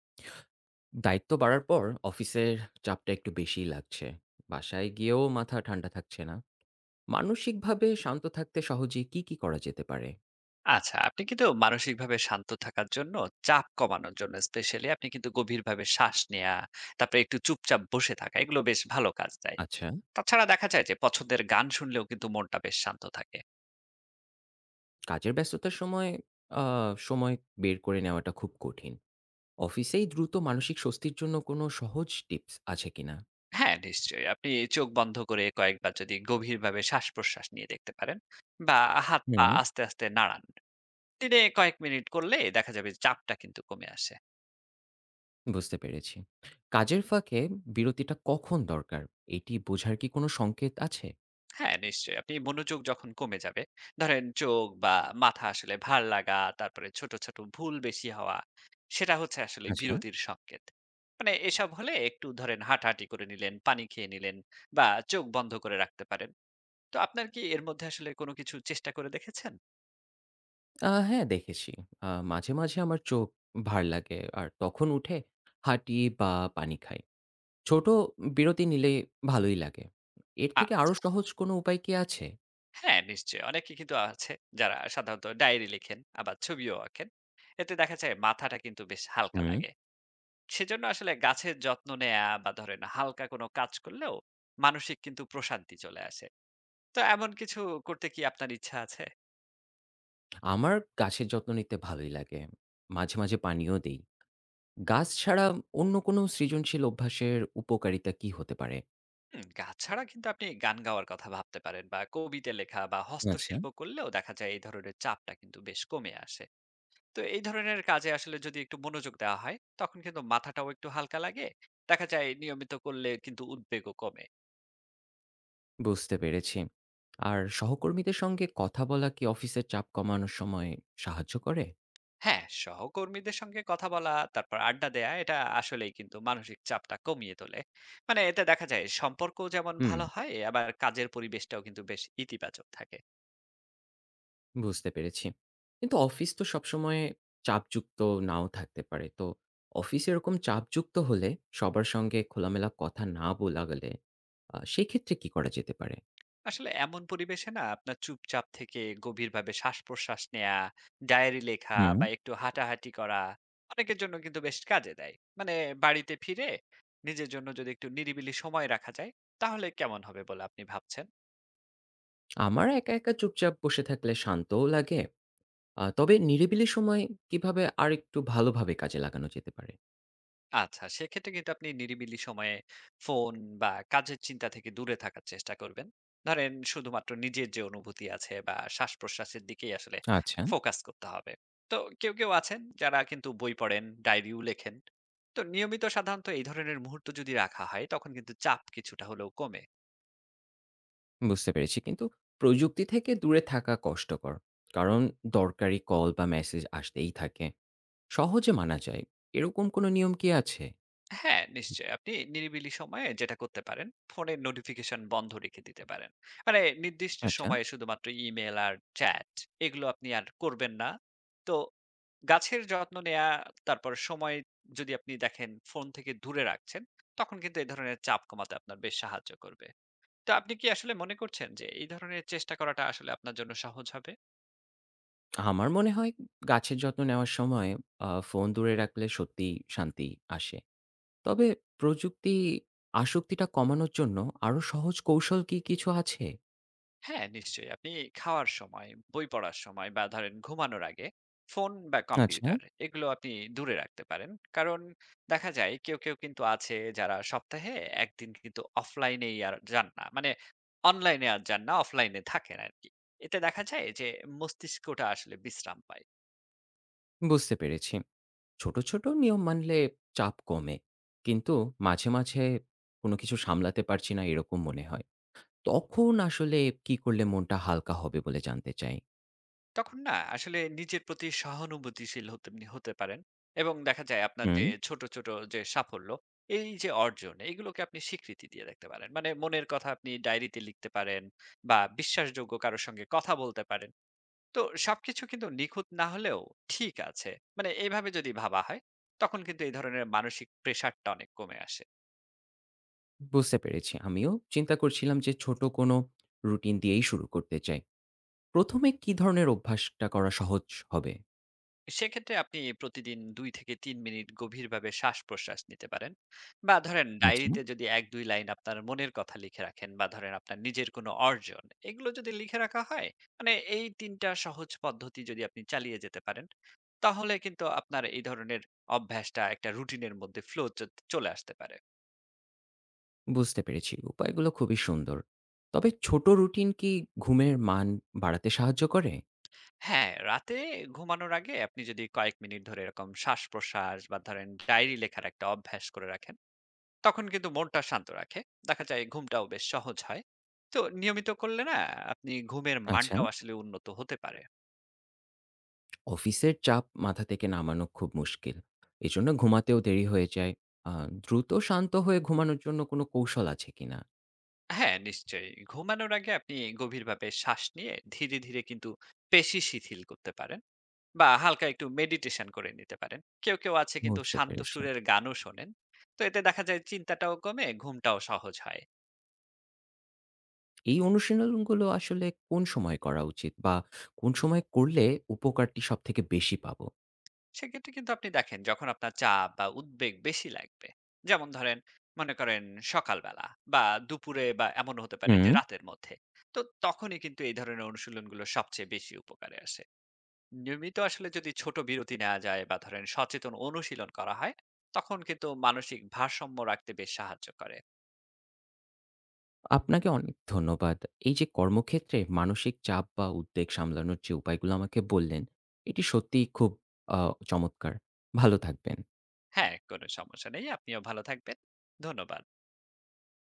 দায়িত্ব বাড়ার পর অফিসের চাপটা একটু বেশিই লাগছে। বাসায় গিয়েও মাথা ঠান্ডা থাকছে না। মানসিকভাবে শান্ত থাকতে সহজে কি করা যেতে পারে? আচ্ছা, আপনি কিন্তু মানসিকভাবে শান্ত থাকার জন্য, চাপ কমানোর জন্য স্পেশালি আপনি কিন্তু গভীরভাবে শ্বাস নেয়া, তারপরে একটু চুপচাপ বসে থাকা, এগুলো বেশ ভালো কাজ দেয়। আচ্ছা। তাছাড়া দেখা যায় যে পছন্দের গান শুনলেও কিন্তু মনটা বেশ শান্ত থাকে। কাজের ব্যস্ততার সময় আ সময় বের করে নেওয়াটা খুব কঠিন। অফিসেই দ্রুত মানসিক স্বস্তির জন্য কোনো সহজ টিপস আছে কিনা? হ্যাঁ, নিশ্চয়ই। আপনি চোখ বন্ধ করে কয়েকবার যদি গভীরভাবে শ্বাস-প্রশ্বাস নিয়ে দেখতে পারেন বা হাত-পা হুম। আস্তে, আস্তে নাড়ান। দিনে কয়েক মিনিট করলে দেখা যাবে চাপটা কিন্তু কমে আসে। বুঝতে পেরেছি। কাজের ফাঁকে বিরতিটা কখন দরকার, এটি বোঝার কি কোনো সংকেত আছে? হ্যাঁ, নিশ্চয়ই। আপনি মনোযোগ যখন কমে যাবে, ধরেন চোখ বা মাথা আসলে ভার লাগা, তারপরে ছোট, ছোট ভুল বেশি হওয়া, সেটা হচ্ছে আসলে আচ্ছা। বিরতির সংকেত। মানে এসব হলে একটু ধরেন হাঁটাহাঁটি করে নিলেন, পানি খেয়ে নিলেন বা চোখ বন্ধ করে রাখতে পারেন। তো আপনার কি এর মধ্যে আসলে কোনো কিছু চেষ্টা করে দেখেছেন? হ্যাঁ, দেখেছি। মাঝে, মাঝে আমার চোখ ভার লাগে আর তখন উঠে হাঁটি বা পানি খাই। ছোট বিরতি নিলে ভালোই লাগে। এর থেকে আরো আচ্ছা। সহজ কোনো উপায় কি আছে? হ্যাঁ, নিশ্চয়ই। অনেকে কিন্তু আছে যারা সাধারণত ডায়েরি লেখেন, আবার ছবিও আঁকেন। এতে দেখা যায় মাথাটা কিন্তু বেশ হালকা হুম। লাগে। সেজন্য আসলে গাছের যত্ন নেয়া বা ধরেন হালকা কোনো কাজ করলেও মানসিক কিন্তু প্রশান্তি চলে আসে। তো এমন কিছু করতে কি আপনার ইচ্ছা আছে? আমার গাছের যত্ন নিতে ভালোই লাগে। মাঝে, মাঝে পানিও দেই। গাছ ছাড়া অন্য কোনো সৃজনশীল অভ্যাসের উপকারিতা কি হতে পারে? হুম, গাছ ছাড়া কিন্তু আপনি গান গাওয়ার কথা ভাবতে পারেন বা কবিতা লেখা বা আচ্ছা। হস্তশিল্প করলেও দেখা যায় এই ধরনের চাপটা কিন্তু বেশ কমে আসে। তো এই ধরনের কাজে আসলে যদি একটু মনোযোগ দেওয়া হয় তখন কিন্তু মাথাটাও একটু হালকা লাগে। দেখা যায় নিয়মিত করলে কিন্তু উদ্বেগও কমে। বুঝতে পেরেছি। আর সহকর্মীদের সঙ্গে কথা বলা কি অফিসের চাপ কমানোর সময় সাহায্য করে? হ্যাঁ, সহকর্মীদের সঙ্গে কথা বলা, তারপর আড্ডা দেয়া এটা আসলেই কিন্তু মানসিক চাপটা কমিয়ে তোলে। মানে এতে দেখা যায় সম্পর্ক যেমন হুম। ভালো হয়, আবার কাজের পরিবেশটাও কিন্তু বেশ ইতিবাচক থাকে। বুঝতে পেরেছি। কিন্তু অফিস তো সবসময় চাপযুক্ত নাও থাকতে পারে। তো অফিসে এরকম চাপযুক্ত হলে সবার সঙ্গে খোলামেলা কথা না বলা গেলে সেক্ষেত্রে কি করা যেতে পারে? আসলে এমন পরিবেশে না আপনার চুপচাপ থেকে গভীরভাবে শ্বাস-প্রশ্বাস নেয়া, ডায়েরি লেখা হুম। বা একটু হাঁটাহাঁটি করা অনেকের জন্য কিন্তু বেশ কাজে দেয়। মানে বাড়িতে ফিরে নিজের জন্য যদি একটু নিরিবিলি সময় রাখা যায়, তাহলে কেমন হবে বলে আপনি ভাবছেন? আমার একা, একা চুপচাপ বসে থাকলে শান্তও লাগে। তবে নিরিবিলি সময় কিভাবে আরেকটু ভালোভাবে কাজে লাগানো যেতে পারে? আচ্ছা, সেক্ষেত্রে কিন্তু আপনি নিরিবিলি সময়ে ফোন বা কাজের চিন্তা থেকে দূরে থাকার চেষ্টা করবেন। ধরেন শুধুমাত্র নিজের যে অনুভূতি আছে বা শ্বাসপ্রশ্বাসের দিকেই আসলে আচ্ছা। ফোকাস করতে হবে। তো কেউ কেউ আছেন যারা কিন্তু বই পড়েন, ডায়েরিও লেখেন। তো নিয়মিত সাধারণত এই ধরনের মুহূর্ত যদি রাখা হয় তখন কিন্তু চাপ কিছুটা হলেও কমে। বুঝতে পেরেছি। কিন্তু প্রযুক্তি থেকে দূরে থাকা কষ্টকর। কারণ দরকারি কল বা মেসেজ আসতেই থাকে। সহজে মানা যায়। এরকম কোনো নিয়ম কি আছে? হ্যাঁ, নিশ্চয়ই। আপনি নিরিবিলি সময়ে যেটা করতে পারেন, ফোনের নোটিফিকেশন বন্ধ রেখে দিতে পারেন। মানে নির্দিষ্ট আচ্ছা। সময়ে শুধুমাত্র ইমেইল আর চ্যাট এগুলো আপনি আর করবেন না। তো গাছের যত্ন নেয়া, তারপর সময় যদি আপনি দেখেন ফোন থেকে দূরে রাখছেন, তখন কিন্তু এই ধরনের চাপ কমাতে আপনার বেশ সাহায্য করবে। তো আপনি কি আসলে মনে করছেন যে এই ধরনের চেষ্টা করাটা আসলে আপনার জন্য সহজ হবে? আমার মনে হয় গাছের যত্ন নেওয়ার সময় ফোন দূরে রাখলে সত্যিই শান্তি আসে। তবে প্রযুক্তি আসক্তিটা কমানোর জন্য আরো সহজ কৌশল কি কিছু আছে? হ্যাঁ, নিশ্চয়ই। আপনি খাওয়ার সময়, বই পড়ার সময় বা ধরেন ঘুমানোর আগে ফোন বা আচ্ছা। কম্পিউটার এগুলো আপনি দূরে রাখতে পারেন। কারণ দেখা যায় কেউ কেউ কিন্তু আছে যারা সপ্তাহে ১ দিন কিন্তু অফলাইনেই আর যান না। মানে অনলাইনে আর যান না, অফলাইনে থাকেন আরকি। এতে দেখা যায় যে মস্তিষ্কটা আসলে বিশ্রাম পায়। বুঝতে পেরেছি। ছোট, ছোট নিয়ম মানলে চাপ কমে। কিন্তু মাঝে, মাঝে কোনো কিছু সামলাতে পারছি না এরকম মনে হয়। তখন আসলে কি করলে মনটা হালকা হবে বলে জানতে চাই। তখন না আসলে নিজের প্রতি সহানুভূতিশীল হতে হতে পারেন এবং দেখা যায় আপনার হুম। যে ছোট ছোট যে সাফল্য এই যে অর্জন এগুলোকে আপনি স্বীকৃতি দিয়ে দেখতে পারেন। মানে মনের কথা আপনি ডায়েরিতে লিখতে পারেন বা বিশ্বাসযোগ্য কারোর সঙ্গে কথা বলতে পারেন। তো সবকিছু কিন্তু নিখুঁত না হলেও ঠিক আছে, মানে এইভাবে যদি ভাবা হয় তখন কিন্তু এই ধরনের মানসিক প্রেসারটা অনেক কমে আসে। বুঝতে পেরেছি। আমিও চিন্তা করছিলাম যে ছোট কোনো রুটিন দিয়েই শুরু করতে চাই। প্রথমে কি ধরনের অভ্যাসটা করা সহজ হবে? সেক্ষেত্রে আপনি প্রতিদিন ২ থেকে ৩ মিনিট গভীরভাবে শ্বাস-প্রশ্বাস নিতে পারেন। বা ধরেন আচ্ছা। ডায়েরিতে যদি ১-২ লাইন আপনার মনের কথা লিখে রাখেন বা ধরেন আপনার নিজের কোনো অর্জন, এগুলো যদি লিখে রাখা হয়, মানে এই ৩ টা সহজ পদ্ধতি যদি আপনি চালিয়ে যেতে পারেন, তাহলে কিন্তু আপনার এই ধরনের অভ্যাসটা একটা রুটিনের মধ্যে ফ্লো চ চলে আসতে পারে। বুঝতে পেরেছি। উপায়গুলো খুবই সুন্দর। তবে ছোট রুটিন কি ঘুমের মান বাড়াতে সাহায্য করে? হ্যাঁ, রাতে ঘুমানোর আগে আপনি যদি কয়েক মিনিট ধরে এরকম শ্বাস-প্রশ্বাস বা ধরেন ডায়েরি লেখার একটা অভ্যাস করে রাখেন তখন কিন্তু মনটা শান্ত রাখে। দেখা যায় ঘুমটাও বেশ সহজ হয়। তো নিয়মিত করলে না আপনি ঘুমের আচ্ছা। মানটাও আসলে উন্নত হতে পারে। অফিসের চাপ মাথা থেকে নামানো খুব মুশকিল। এজন্য ঘুমাতেও দেরি হয়ে যায়। আ দ্রুত শান্ত হয়ে ঘুমানোর জন্য কোনো কৌশল আছে কিনা? হ্যাঁ, নিশ্চয়ই। ঘুমানোর আগে আপনি গভীরভাবে শ্বাস নিয়ে ধীরে, ধীরে কিন্তু পেশি শিথিল করতে পারেন বা হালকা একটু মেডিটেশন করে নিতে পারেন। কেউ কেউ আছে কিন্তু বুঝতে শান্ত পেরেছি। সুরের গানও শোনেন। তো এতে দেখা যায় চিন্তাটাও কমে, ঘুমটাও সহজ হয়। এই অনুশীলনগুলো আসলে কোন সময় করা উচিত বা কোন সময় করলে উপকারটি সবথেকে বেশি পাবো? সেক্ষেত্রে কিন্তু আপনি দেখেন যখন আপনার চাপ বা উদ্বেগ বেশি লাগবে, যেমন ধরেন মনে করেন সকালবেলা বা দুপুরে বা এমন হতে পারে হুম। যে রাতের মধ্যে, তো তখনই কিন্তু এই ধরনের অনুশীলনগুলো সবচেয়ে বেশি উপকারে আসে। নিয়মিত আসলে যদি ছোট বিরতি নেওয়া যায় বা ধরেন সচেতন অনুশীলন করা হয় তখন কিন্তু মানসিক ভারসাম্য রাখতে বেশ সাহায্য করে। আপনাকে অনেক ধন্যবাদ। এই যে কর্মক্ষেত্রে মানসিক চাপ বা উদ্বেগ সামলানোর যে উপায়গুলো আমাকে বললেন, এটি সত্যিই খুব আ চমৎকার। ভালো থাকবেন। হ্যাঁ, কোনো সমস্যা নেই। আপনিও ভালো থাকবেন। ধন্যবাদ।